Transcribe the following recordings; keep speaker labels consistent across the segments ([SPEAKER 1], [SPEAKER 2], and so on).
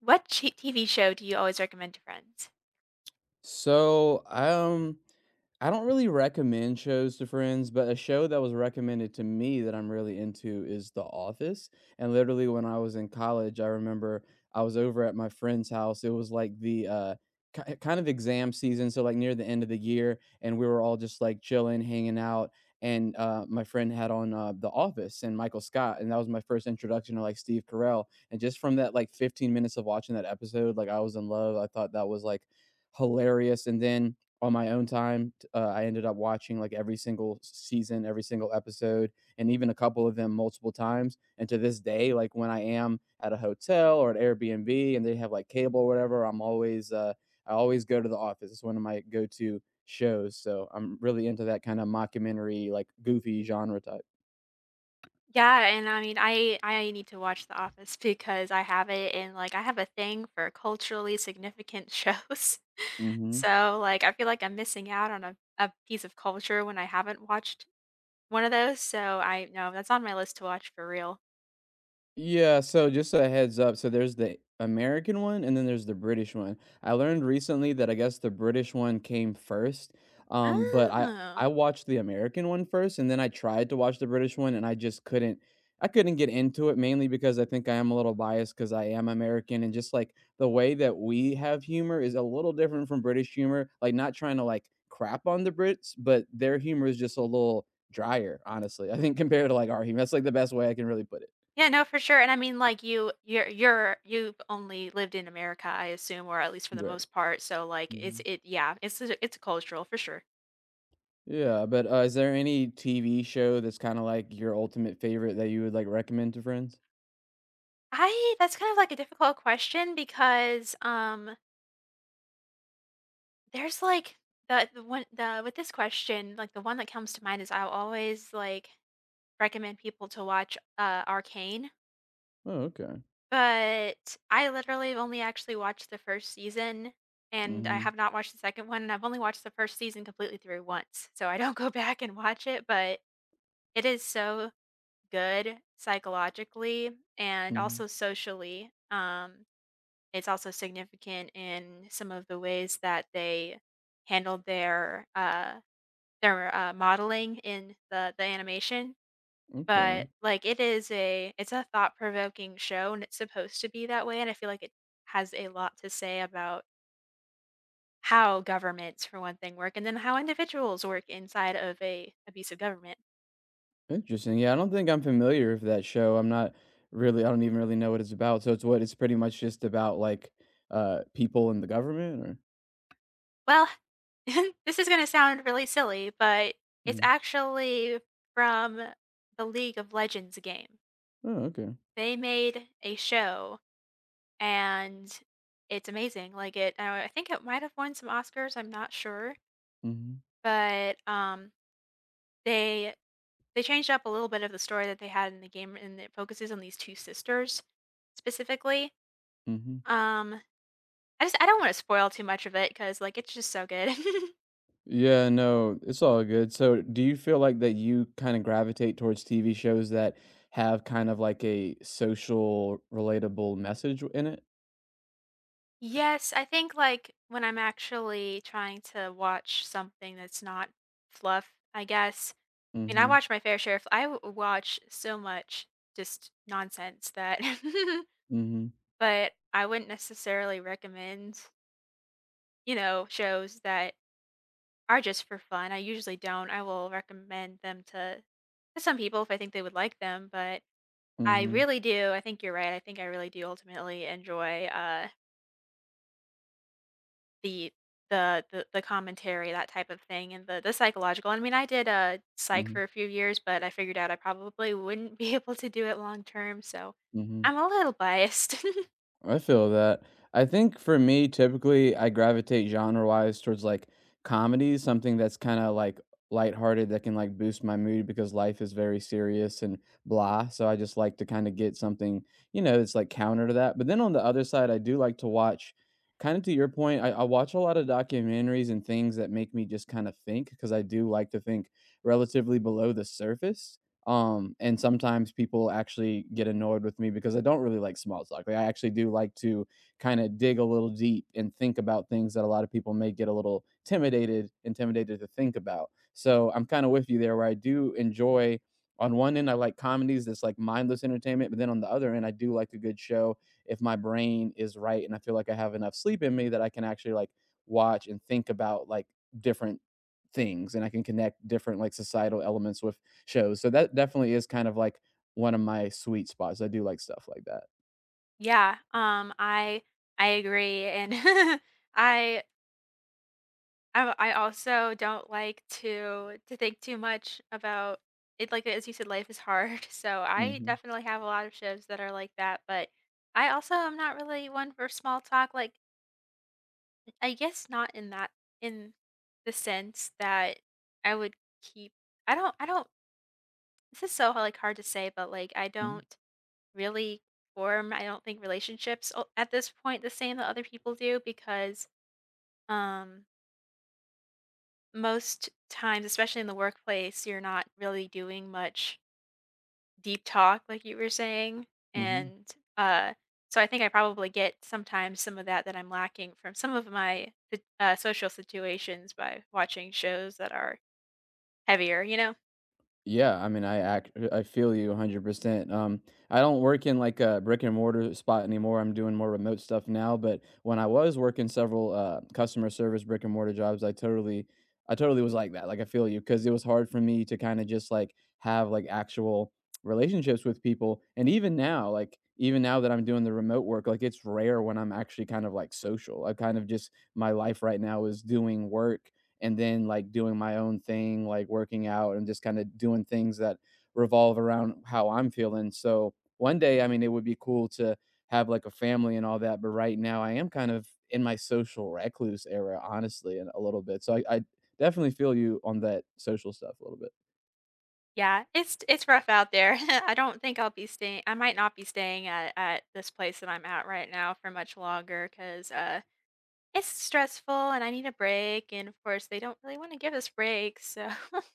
[SPEAKER 1] What ch TV show do you always recommend to friends?
[SPEAKER 2] So, um, I don't really recommend shows to friends, but a show that was recommended to me that I'm really into is The Office. And literally, when I was in college, I remember I was over at my friend's house. It was like kind of exam season, so like near the end of the year, and we were all just like chilling, hanging out. And My friend had on The Office and Michael Scott, and that was my first introduction to like Steve Carell. And just from that like 15 minutes of watching that episode, like I was in love. I thought that was like hilarious. And then on my own time, I ended up watching like every single season, every single episode, and even a couple of them multiple times. And to this day, like when I am at a hotel or at Airbnb and they have like cable or whatever, I always go to The Office. It's one of my go to shows. So I'm really into that kind of mockumentary, like goofy genre type.
[SPEAKER 1] Yeah, and I mean, I need to watch The Office because I have it and like I have a thing for culturally significant shows.
[SPEAKER 2] Hmm.
[SPEAKER 1] So, like I feel like I'm missing out on a piece of culture when I haven't watched one of those. So, I know that's on my list to watch for real.
[SPEAKER 2] Yeah, so just a heads up, so there's the American one and then there's the British one. I learned recently that I guess the British one came first, but I
[SPEAKER 1] Oh.
[SPEAKER 2] I watched the American one first and then I tried to watch the British one and I just couldn't get into it mainly because I think I am a little biased because I am American and just like the way that we have humor is a little different from British humor. Like not trying to like crap on the Brits, but their humor is just a little drier, honestly, I think compared to like our humor. That's like the best way I can really put it.
[SPEAKER 1] Yeah, no, for sure. And I mean, like you've only lived in America, I assume, or at least for the
[SPEAKER 2] Right.
[SPEAKER 1] most part. So, like,
[SPEAKER 2] Mhm.
[SPEAKER 1] yeah, it's a cultural for sure.
[SPEAKER 2] Yeah, but, is there any TV show that's kinda, like, your ultimate favorite that you would, like, recommend to friends?
[SPEAKER 1] I that's kind of like a difficult question because there's like the one the with this question, like the one that comes to mind is I'll always like recommend people to watch Arcane,
[SPEAKER 2] Oh, okay.
[SPEAKER 1] but I literally have only actually watched the first season and I
[SPEAKER 2] Mhm,
[SPEAKER 1] have not watched the second one and I've only watched the first season completely through once. So I don't go back and watch it, but it is so good psychologically and
[SPEAKER 2] mhm.
[SPEAKER 1] also socially. It's also significant in some of the ways that they handled their modeling in the animation,
[SPEAKER 2] Okay.
[SPEAKER 1] but, like, it's a thought-provoking show, and it's supposed to be that way, and I feel like it has a lot to say about how governments, for one thing, work, and then how individuals work inside of a abusive government.
[SPEAKER 2] Interesting. Yeah, I don't think I'm familiar with that show. I don't even really know what it's about. So it's pretty much just about, like, people in the government or?
[SPEAKER 1] Well, this is gonna sound really silly, but it's
[SPEAKER 2] Mhm.
[SPEAKER 1] actually from the League of Legends game.
[SPEAKER 2] Oh, okay.
[SPEAKER 1] They made a show, and it's amazing, like, it I think it might have won some Oscars, I'm not sure,
[SPEAKER 2] Mhm,
[SPEAKER 1] but, they they changed up a little bit of the story that they had in the game, and it focuses on these 2 sisters specifically.
[SPEAKER 2] mhm.
[SPEAKER 1] Um, I don't wanna spoil too much of it because like, it's just so good.
[SPEAKER 2] Yeah, no, it's all good. So, do you feel like that you kind of gravitate towards TV shows that have kind of like a social relatable message in it?
[SPEAKER 1] Yes, I think, like, when I'm actually trying to watch something that's not fluff, I guess, and I
[SPEAKER 2] Mhm.
[SPEAKER 1] watch my fair share of I w watch so much just nonsense that
[SPEAKER 2] Mhm.
[SPEAKER 1] but I wouldn't necessarily recommend, shows that are just for fun. I usually don't. I will recommend them to some people if I think they would like them, but I
[SPEAKER 2] Mhm.
[SPEAKER 1] really do. I think you're right. I think I really do ultimately enjoy, uh The the the the commentary, that type of thing, and the psychological. I mean, I did, a psych
[SPEAKER 2] Mhm.
[SPEAKER 1] for a few years, but I figured out I probably wouldn't be able to do it long term, so
[SPEAKER 2] Mhm.
[SPEAKER 1] I'm a little biased.
[SPEAKER 2] I feel that. I think for me, typically, I gravitate genre-wise towards, like, comedies, something that's kinda, like, lighthearted that can, like, boost my mood because life is very serious and blah, so I just like to kinda get something, you know, that's, like, counter to that, but then on the other side, I do like to watch kinda to your point, I watch a lot of documentaries and things that make me just kinda think because I do like to think relatively below the surface, and sometimes people actually get annoyed with me because I don't really like small talk. Like I actually do like to kind of dig a little deep and think about things that a lot of people may get a little intimidated to think about. So I'm kind of with you there where I do enjoy on one end I like comedies that's like mindless entertainment, but then on the other end I do like a good show if my brain is right and I feel like I have enough sleep in me that I can actually like watch and think about like different things and I can connect different like societal elements with shows. So that definitely is kind of like one of my sweet spots. I do like stuff like that.
[SPEAKER 1] Yeah, I agree, and I I also don't like to think too much about it, like, as you said, life is hard, so I
[SPEAKER 2] Mhm.
[SPEAKER 1] definitely have a lot of shows that are like that, but I also am not really one for small talk, like I guess not in the sense that I would keep I don't this is so, like, hard to say, but, like,
[SPEAKER 2] Mhm.
[SPEAKER 1] really I don't think relationships o at this point the same that other people do because, um, most times, especially in the workplace, you're not really doing much deep talk like you were saying,
[SPEAKER 2] Mhm.
[SPEAKER 1] and, uh, so I think I probably get sometimes some of that that I'm lacking from some of my social situations by watching shows that are heavier, you know?
[SPEAKER 2] Yeah, I mean, I feel you 100%. I don't work in like a brick and mortar spot anymore. I'm doing more remote stuff now, but when I was working several customer service brick and mortar jobs, I totally was like that. Like I feel you because it was hard for me to kind of just like have like actual relationships with people. And even now, like even now that I'm doing the remote work, like it's rare when I'm actually kind of like social. I kind of just My life right now is doing work and then like doing my own thing, like working out and just kind of doing things that revolve around how I'm feeling. So one day, I mean, it would be cool to have like a family and all that, but right now I am kind of in my social recluse era, honestly, and a little bit. So I definitely feel you on that social stuff a little bit.
[SPEAKER 1] Yeah, it's rough out there. I might not be staying at this place that I'm at right now for much longer 'cause it's stressful and I need a break, and, of course, they don't really wanna give us breaks, so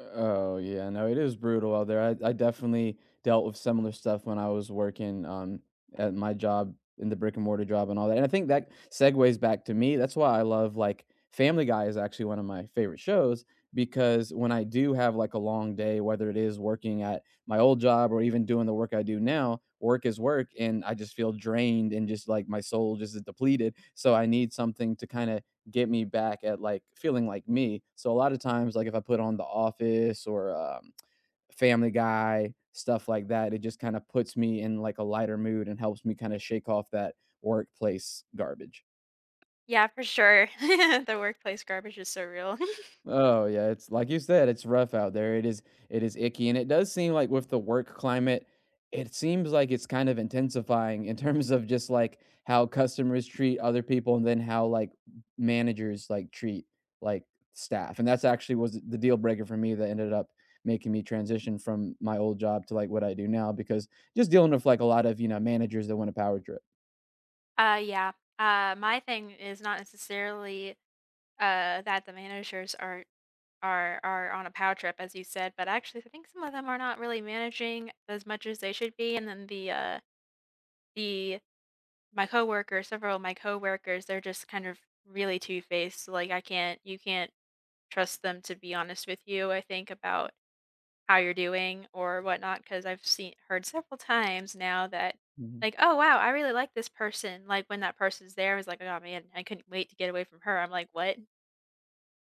[SPEAKER 2] Oh yeah, no, it is brutal out there. I definitely dealt with similar stuff when I was working at my job in the brick and mortar job and all that. And I think that segues back to me. That's why I love like Family Guy is actually one of my favorite shows because when I do have like a long day, whether it is working at my old job or even doing the work I do now, work is work and I just feel drained and just like my soul just is depleted. So I need something to kind of get me back at like feeling like me. So a lot of times, like if I put on The Office or Family Guy, stuff like that, it just kind of puts me in like a lighter mood and helps me kind of shake off that workplace garbage.
[SPEAKER 1] Yeah, for sure. The workplace garbage is so real.
[SPEAKER 2] Oh yeah, it's like you said, it's rough out there. It is icky and it does seem like with the work climate, it seems like it's kind of intensifying in terms of just like how customers treat other people and then how like managers like treat like staff. And that's actually was the deal breaker for me that ended up making me transition from my old job to like what I do now because just dealing with like a lot of, you know, managers that want a power trip.
[SPEAKER 1] Yeah. My thing is not necessarily that the managers are on a power trip, as you said, but actually I think some of them are not really managing as much as they should be, and then the my coworkers, several of my coworkers, they're just kind of really two-faced. Like I can't you can't trust them to be honest with you, I think, about how you're doing or whatnot, because I've seen heard several times now that
[SPEAKER 2] Mhm.
[SPEAKER 1] like, oh wow, I really like this person. Like when that person's there, I was like, oh man, I couldn't wait to get away from her. I'm like, what?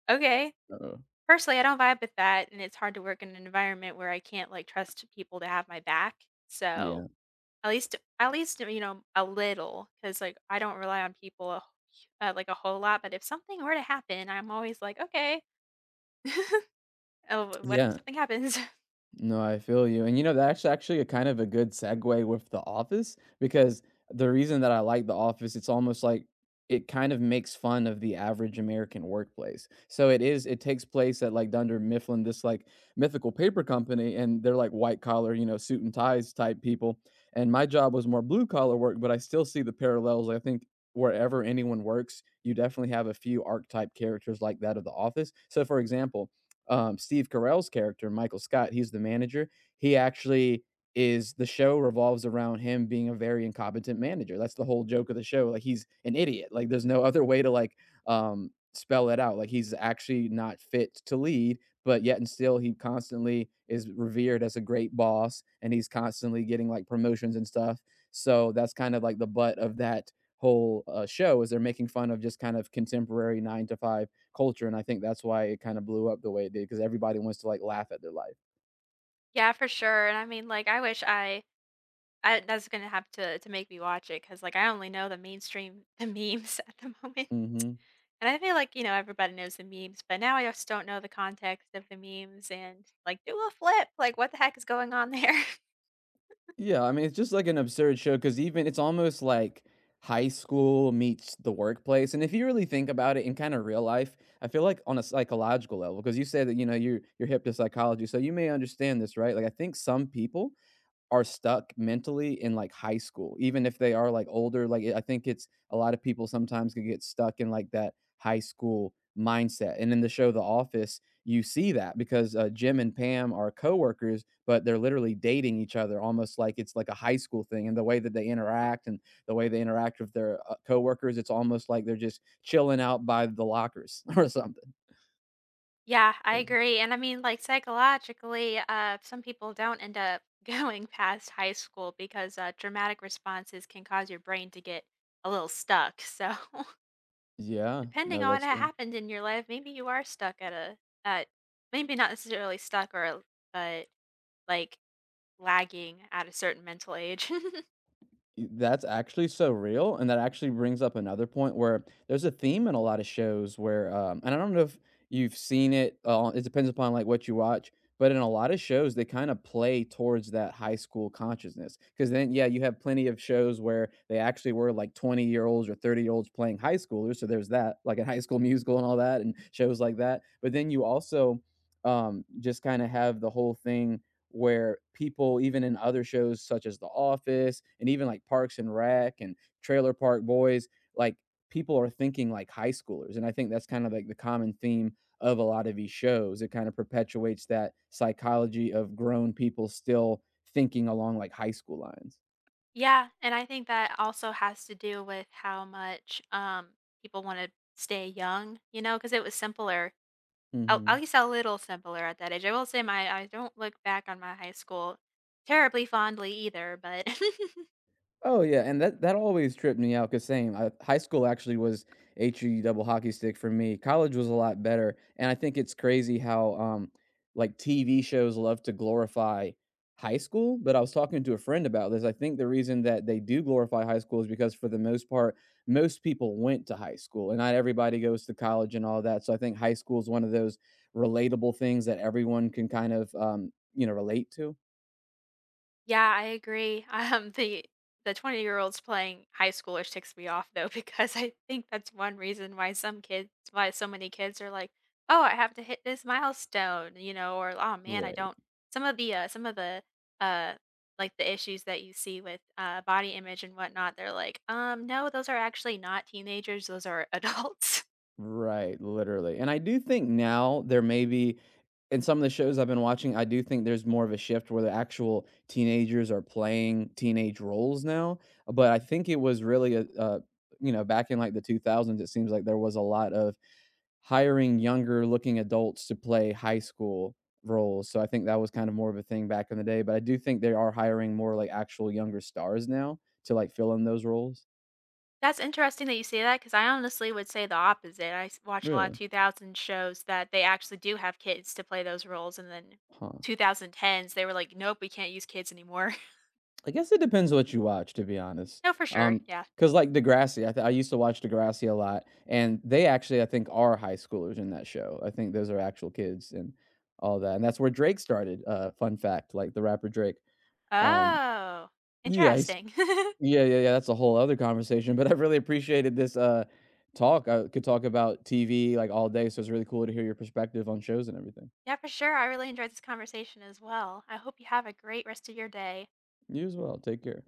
[SPEAKER 1] Okay.
[SPEAKER 2] Uh-oh.
[SPEAKER 1] Personally, I don't vibe with that, and it's hard to work in an environment where I can't like trust people to have my back. So
[SPEAKER 2] Yeah.
[SPEAKER 1] at least, a little, because like, I don't rely on people like, a whole lot, but if something were to happen, I'm always like, "Okay. Oh, what if
[SPEAKER 2] Yeah.
[SPEAKER 1] something happens?"
[SPEAKER 2] No, I feel you. And you know, that's actually a kind of a good segue with The Office because the reason that I like The Office, it's almost like it kind of makes fun of the average American workplace. So it is, it takes place at like Dunder Mifflin, this like mythical paper company, and they're like white collar, you know, suit and ties type people. And my job was more blue collar work, but I still see the parallels. I think wherever anyone works, you definitely have a few archetype characters like that of The Office. So, for example, Steve Carell's character, Michael Scott, he's the manager. He actually is The show revolves around him being a very incompetent manager. That's the whole joke of the show. Like he's an idiot. Like there's no other way to like spell it out. Like he's actually not fit to lead, but yet and still he constantly is revered as a great boss and he's constantly getting like promotions and stuff. So that's kind of like the butt of that whole show is they're making fun of just kind of contemporary 9 to 5 culture, and I think that's why it kind of blew up the way it did because everybody wants to like laugh at their life.
[SPEAKER 1] Yeah, for sure, and I mean, like, I wish I that's gonna have to make me watch it, because like, I only know the memes at the moment,
[SPEAKER 2] Hmm.
[SPEAKER 1] and I feel like, everybody knows the memes, but now I just don't know the context of the memes and, like, do a flip, like, what the heck is going on there?
[SPEAKER 2] Yeah, I mean, it's just like an absurd show because even it's almost like high school meets the workplace. And if you really think about it in kind of real life, I feel like on a psychological level, because you said that you know you're hip to psychology, so you may understand this, right? Like I think some people are stuck mentally in, like, high school, even if they are, like, older, like, I think it's a lot of people sometimes can get stuck in, like, that high school mindset, and in the show The Office, you see that because, Jim and Pam are coworkers, but they're literally dating each other almost like it's, like, a high school thing, and the way that they interact and the way they interact with their, coworkers, it's almost like they're just chilling out by the lockers or something.
[SPEAKER 1] Yeah, I agree, and I mean, like, psychologically, some people don't end up going past high school because dramatic responses can cause your brain to get a little stuck, so,
[SPEAKER 2] Yeah.
[SPEAKER 1] depending
[SPEAKER 2] No,
[SPEAKER 1] on what
[SPEAKER 2] that's
[SPEAKER 1] ha
[SPEAKER 2] true.
[SPEAKER 1] happened in your life, maybe you are stuck at a at maybe not necessarily stuck or but, like, lagging at a certain mental age.
[SPEAKER 2] Y That's actually so real, and that actually brings up another point where there's a theme in a lot of shows where, and I don't know if you've seen it, it depends upon, like, what you watch, but in a lot of shows, they kinda play towards that high school consciousness. Because then, yeah, you have plenty of shows where they actually were, like, 20-year-olds or 30-year-olds playing high schoolers, so there's that, like in High School Musical and all that, and shows like that, but then you also, just kinda have the whole thing where people even in other shows such as The Office and even like Parks and Rec and Trailer Park Boys, like people are thinking like high schoolers. And I think that's kind of like the common theme of a lot of these shows. It kind of perpetuates that psychology of grown people still thinking along like high school lines.
[SPEAKER 1] Yeah, and I think that also has to do with how much, people wanna stay young, because it was simpler. At
[SPEAKER 2] Mhm.
[SPEAKER 1] least a little simpler at that age. I will say my I don't look back on my high school terribly fondly either, but
[SPEAKER 2] Oh, yeah, and that always tripped me out. Cause same, high school actually was HU double hockey stick for me. College was a lot better, and I think it's crazy how, like, TV shows love to glorify high school, but I was talking to a friend about this. I think the reason that they do glorify high school is because for the most part, most people went to high school, and not everybody goes to college and all that, so I think high school is one of those relatable things that everyone can kind of, you know, relate to.
[SPEAKER 1] yeah, I agree. The 20-year-olds playing high schoolers ticks me off though because I think that's one reason why some kids why so many kids are like, "Oh, I have to hit this milestone," or, "Oh, man, I
[SPEAKER 2] Right.
[SPEAKER 1] don't." Some of uh, the issues that you see with, body image and whatnot, they're like, no, those are actually not teenagers, those are adults."
[SPEAKER 2] Right, literally, and I do think now there may be in some of the shows I've been watching, I do think there's more of a shift where the actual teenagers are playing teenage roles now, but I think it was really a you know, back in, like, the 2000s, it seems like there was a lot of hiring younger-looking adults to play high school roles, so I think that was kind of more of a thing back in the day, but I do think they are hiring more, like, actual younger stars now to, like, fill in those roles.
[SPEAKER 1] That's interesting that you say that, because I honestly would say the opposite. I s watch a lot of
[SPEAKER 2] Really?
[SPEAKER 1] 2000 shows that they actually do have kids to play those roles, and then
[SPEAKER 2] Huh.
[SPEAKER 1] 2010s, they were like, "Nope, we can't use kids anymore."
[SPEAKER 2] I guess it depends what you watch, to be honest.
[SPEAKER 1] No, for sure,
[SPEAKER 2] Um,
[SPEAKER 1] yeah.
[SPEAKER 2] Cause like Degrassi, I used to watch Degrassi a lot, and they actually, I think, are high schoolers in that show. I think those are actual kids and all that, and that's where Drake started, fun fact, like the rapper Drake. Um,
[SPEAKER 1] Oh,
[SPEAKER 2] yeah,
[SPEAKER 1] interesting.
[SPEAKER 2] that's a whole other conversation, but I really appreciated this, talk. I could talk about TV, like, all day, so it's really cool to hear your perspective on shows and everything.
[SPEAKER 1] Yeah, for sure, I really enjoyed this conversation as well. I hope you have a great rest of your day.
[SPEAKER 2] You as well, take care.